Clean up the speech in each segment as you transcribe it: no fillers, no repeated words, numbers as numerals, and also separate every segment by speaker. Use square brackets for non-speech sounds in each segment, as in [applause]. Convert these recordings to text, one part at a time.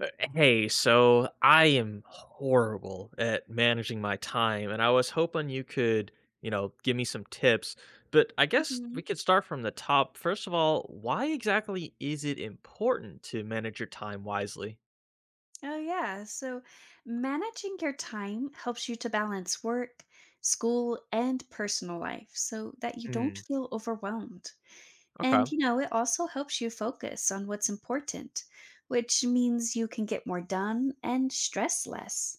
Speaker 1: Hey, so I am horrible at managing my time, and I was hoping you could, give me some tips. But I guess
Speaker 2: hmm
Speaker 1: we could start from the top. First of all, why exactly is it important to manage your time wisely?
Speaker 2: Oh, yeah. So managing your time helps you to balance work, school, and personal life so that you don't
Speaker 1: Hmm.
Speaker 2: feel overwhelmed.
Speaker 1: Okay.
Speaker 2: And, you know, it also helps you focus on what's important, which means you can get more done and stress less.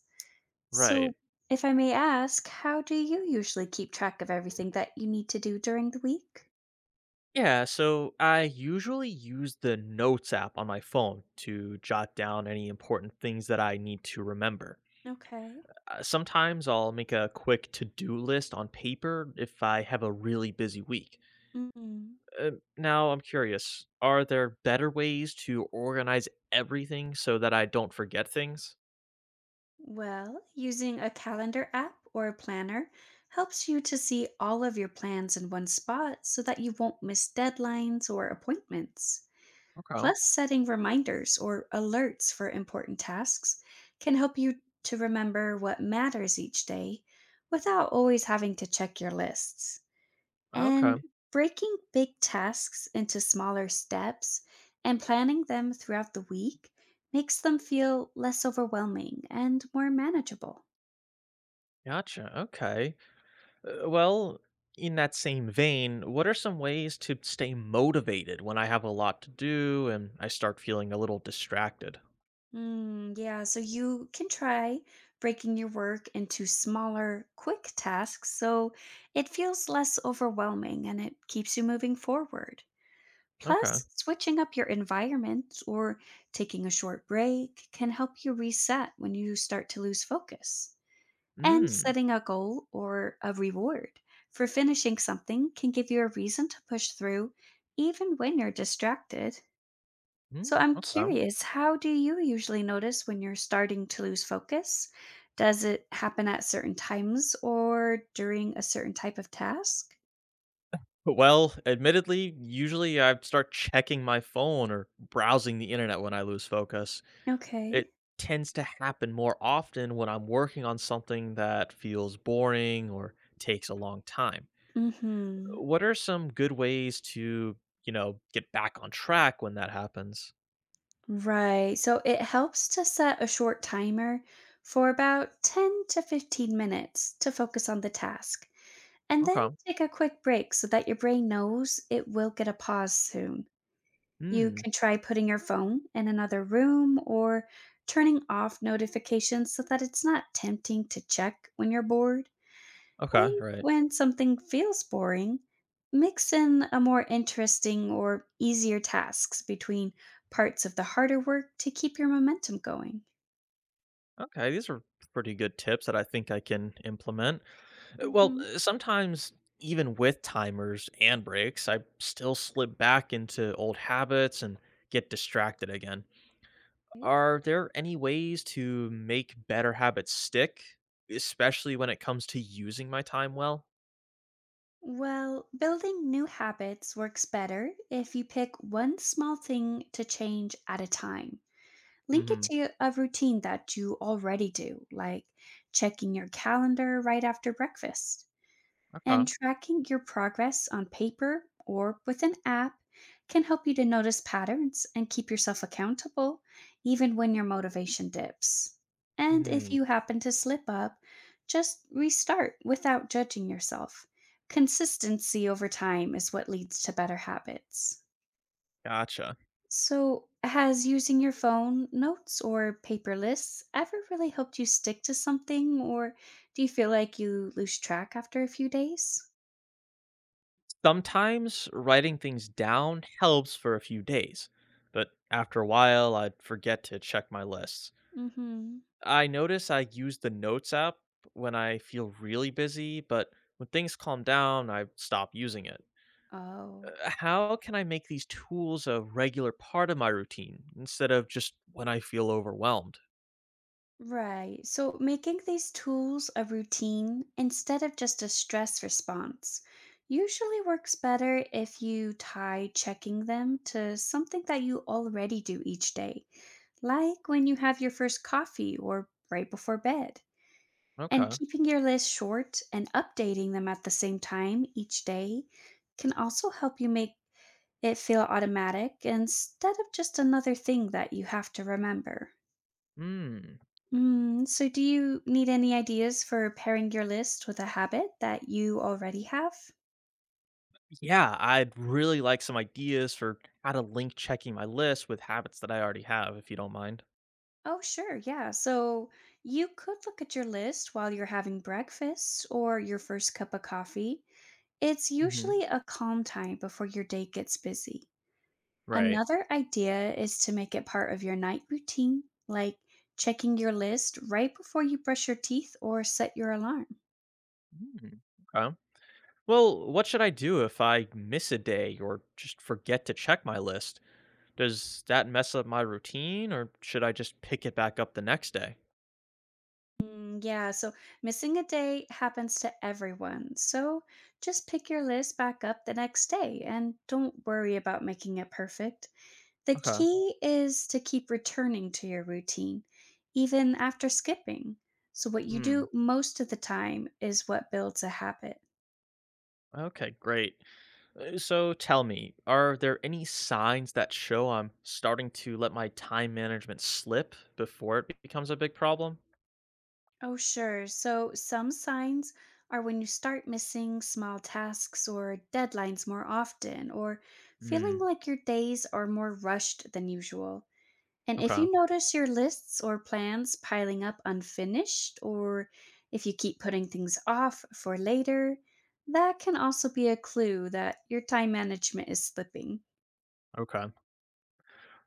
Speaker 1: Right.
Speaker 2: So, if I may ask, how do you usually keep track of everything that you need to do during the week?
Speaker 1: Yeah, so I usually use the Notes app on my phone to jot down any important things that I need to remember.
Speaker 2: Okay.
Speaker 1: Sometimes I'll make a quick to do list on paper if I have a really busy week.
Speaker 2: Mhm.
Speaker 1: Uh, now, I'm curious are there better ways to organize everything so that I don't forget things?
Speaker 2: Well, using a calendar app or a planner helps you to see all of your plans in one spot so that you won't miss deadlines or appointments.
Speaker 1: Okay.
Speaker 2: Plus, setting reminders or alerts for important tasks can help you to remember what matters each day without always having to check your lists.
Speaker 1: Okay.
Speaker 2: And breaking big tasks into smaller steps and planning them throughout the week makes them feel less overwhelming and more manageable.
Speaker 1: Gotcha. Okay. Well, in that same vein, what are some ways to stay motivated when I have a lot to do and I start feeling a little distracted?
Speaker 2: Yeah, so you can try breaking your work into smaller, quick tasks so it feels less overwhelming and it keeps you moving forward.
Speaker 1: Okay.
Speaker 2: Plus, switching up your environment or taking a short break can help you reset when you start to lose focus. And
Speaker 1: Mm.
Speaker 2: setting a goal or a reward for finishing something can give you a reason to push through even when you're distracted. So
Speaker 1: Mm.
Speaker 2: I'm
Speaker 1: Okay.
Speaker 2: curious, how do you usually notice when you're starting to lose focus? Does it happen at certain times or during a certain type of task?
Speaker 1: Well, admittedly, usually I start checking my phone or browsing the internet when I lose focus.
Speaker 2: Okay.
Speaker 1: It tends to happen more often when I'm working on something that feels boring or takes a long time.
Speaker 2: Mm-hmm.
Speaker 1: What are some good ways to, get back on track when that happens?
Speaker 2: Right. So it helps to set a short timer for about 10 to 15 minutes to focus on the task. And then
Speaker 1: Okay.
Speaker 2: take a quick break so that your brain knows it will get a pause soon. You
Speaker 1: Hmm.
Speaker 2: can try putting your phone in another room or turning off notifications so that it's not tempting to check when you're bored.
Speaker 1: Okay.
Speaker 2: And
Speaker 1: Right.
Speaker 2: when something feels boring, mix in a more interesting or easier tasks between parts of the harder work to keep your momentum going.
Speaker 1: Okay. These are pretty good tips that I think I can implement. Uh, Well,
Speaker 2: hmm
Speaker 1: uh, sometimes even with timers and breaks, I still slip back into old habits and get distracted again. Are there any ways to make better habits stick, especially when it comes to using my time well?
Speaker 2: Well, building new habits works better if you pick one small thing to change at a time. Link it
Speaker 1: Hmm.
Speaker 2: to a routine that you already do, like checking your calendar right after breakfast. And
Speaker 1: Okay.
Speaker 2: tracking your progress on paper or with an app can help you to notice patterns and keep yourself accountable, even when your motivation dips. And if
Speaker 1: Hmm.
Speaker 2: you happen to slip up, just restart without judging yourself. Consistency over time is what leads to better habits.
Speaker 1: Gotcha.
Speaker 2: So, has using your phone notes or paper lists ever really helped you stick to something, or do you feel like you lose track after a few days?
Speaker 1: Sometimes writing things down helps for a few days, but after a while, I'd forget to check my lists.
Speaker 2: Mm hmm.
Speaker 1: I notice I use the Notes app when I feel really busy, but when things calm down, I stop using it. Uh,
Speaker 2: Oh,
Speaker 1: How can I make these tools a regular part of my routine instead of just when I feel overwhelmed?
Speaker 2: right. So making these tools a routine instead of just a stress response usually works better if you tie checking them to something that you already do each day, like when you have your first coffee or right before bed. And
Speaker 1: Okay.
Speaker 2: keeping your list short and updating them at the same time each day can also help you make it feel automatic instead of just another thing that you have to remember.
Speaker 1: Hmm.
Speaker 2: Mm, so, do you need any ideas for pairing your list with a habit that you already have?
Speaker 1: Yeah, I'd really like some ideas for how to link checking my list with habits that I already have, if you don't mind.
Speaker 2: Oh, sure, yeah. So, you could look at your list while you're having breakfast or your first cup of coffee. It's
Speaker 1: Hmm.
Speaker 2: usually a calm time before your day gets busy.
Speaker 1: Right.
Speaker 2: Another idea is to make it part of your night routine, like checking your list right before you brush your teeth or set your alarm.
Speaker 1: Hmm. Okay. Well, what should I do if I miss a day or just forget to check my list? Does that mess up my routine or should I just pick it back up the next day?
Speaker 2: Yeah, so missing a day happens to everyone. So just pick your list back up the next day and don't worry about making it perfect. The
Speaker 1: Okay.
Speaker 2: key is to keep returning to your routine, even after skipping. So, what you
Speaker 1: Hmm.
Speaker 2: do most of the time is what builds a habit.
Speaker 1: Okay, great. So tell me, are there any signs that show I'm starting to let my time management slip before it becomes a big problem?
Speaker 2: Oh, sure. So, some signs are when you start missing small tasks or deadlines more often, or feeling
Speaker 1: Hmm.
Speaker 2: like your days are more rushed than usual. And if
Speaker 1: Okay.
Speaker 2: you notice your lists or plans piling up unfinished, or if you keep putting things off for later, that can also be a clue that your time management is slipping.
Speaker 1: Okay.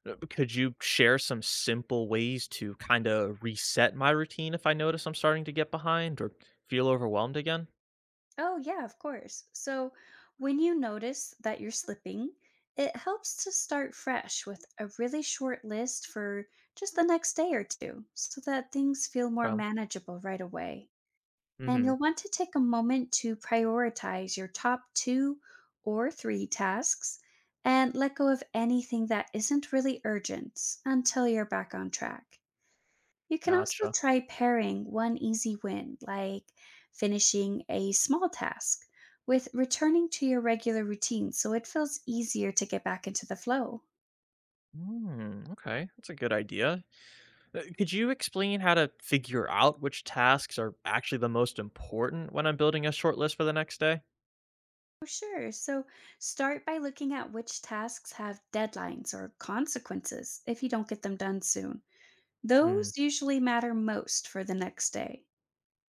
Speaker 1: Could you share some simple ways to kind of reset my routine if I notice I'm starting to get behind or feel overwhelmed again?
Speaker 2: Oh, yeah, of course. So when you notice that you're slipping, it helps to start fresh with a really short list for just the next day or two so that things feel more manageable right away. And you'll
Speaker 1: Mhm.
Speaker 2: want to take a moment to prioritize your top two or three tasks and let go of anything that isn't really urgent until you're back on track. You can also
Speaker 1: Gotcha.
Speaker 2: try pairing one easy win, like finishing a small task, with returning to your regular routine so it feels easier to get back into the flow.
Speaker 1: Mm, okay, that's a good idea. Could you explain how to figure out which tasks are actually the most important when I'm building a short list for the next day?
Speaker 2: Oh, sure. So start by looking at which tasks have deadlines or consequences if you don't get them done soon.
Speaker 1: Hmm.
Speaker 2: Those usually matter most for the next day.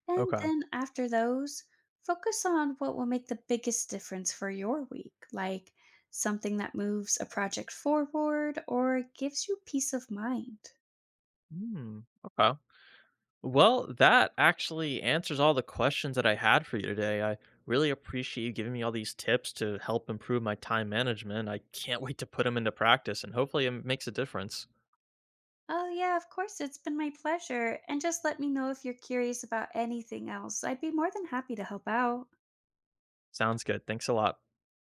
Speaker 2: And
Speaker 1: Okay.
Speaker 2: then after those, focus on what will make the biggest difference for your week, like something that moves a project forward or gives you peace of mind.
Speaker 1: Hmm. Okay. Well, that actually answers all the questions that I had for you today. I really appreciate you giving me all these tips to help improve my time management. I can't [laughs] wait to put them into practice and hopefully it makes a difference.
Speaker 2: Oh, yeah, of course, it's been my pleasure. And just let me know if you're curious about anything else. I'd be more than happy to help out.
Speaker 1: Sounds good. Thanks a lot.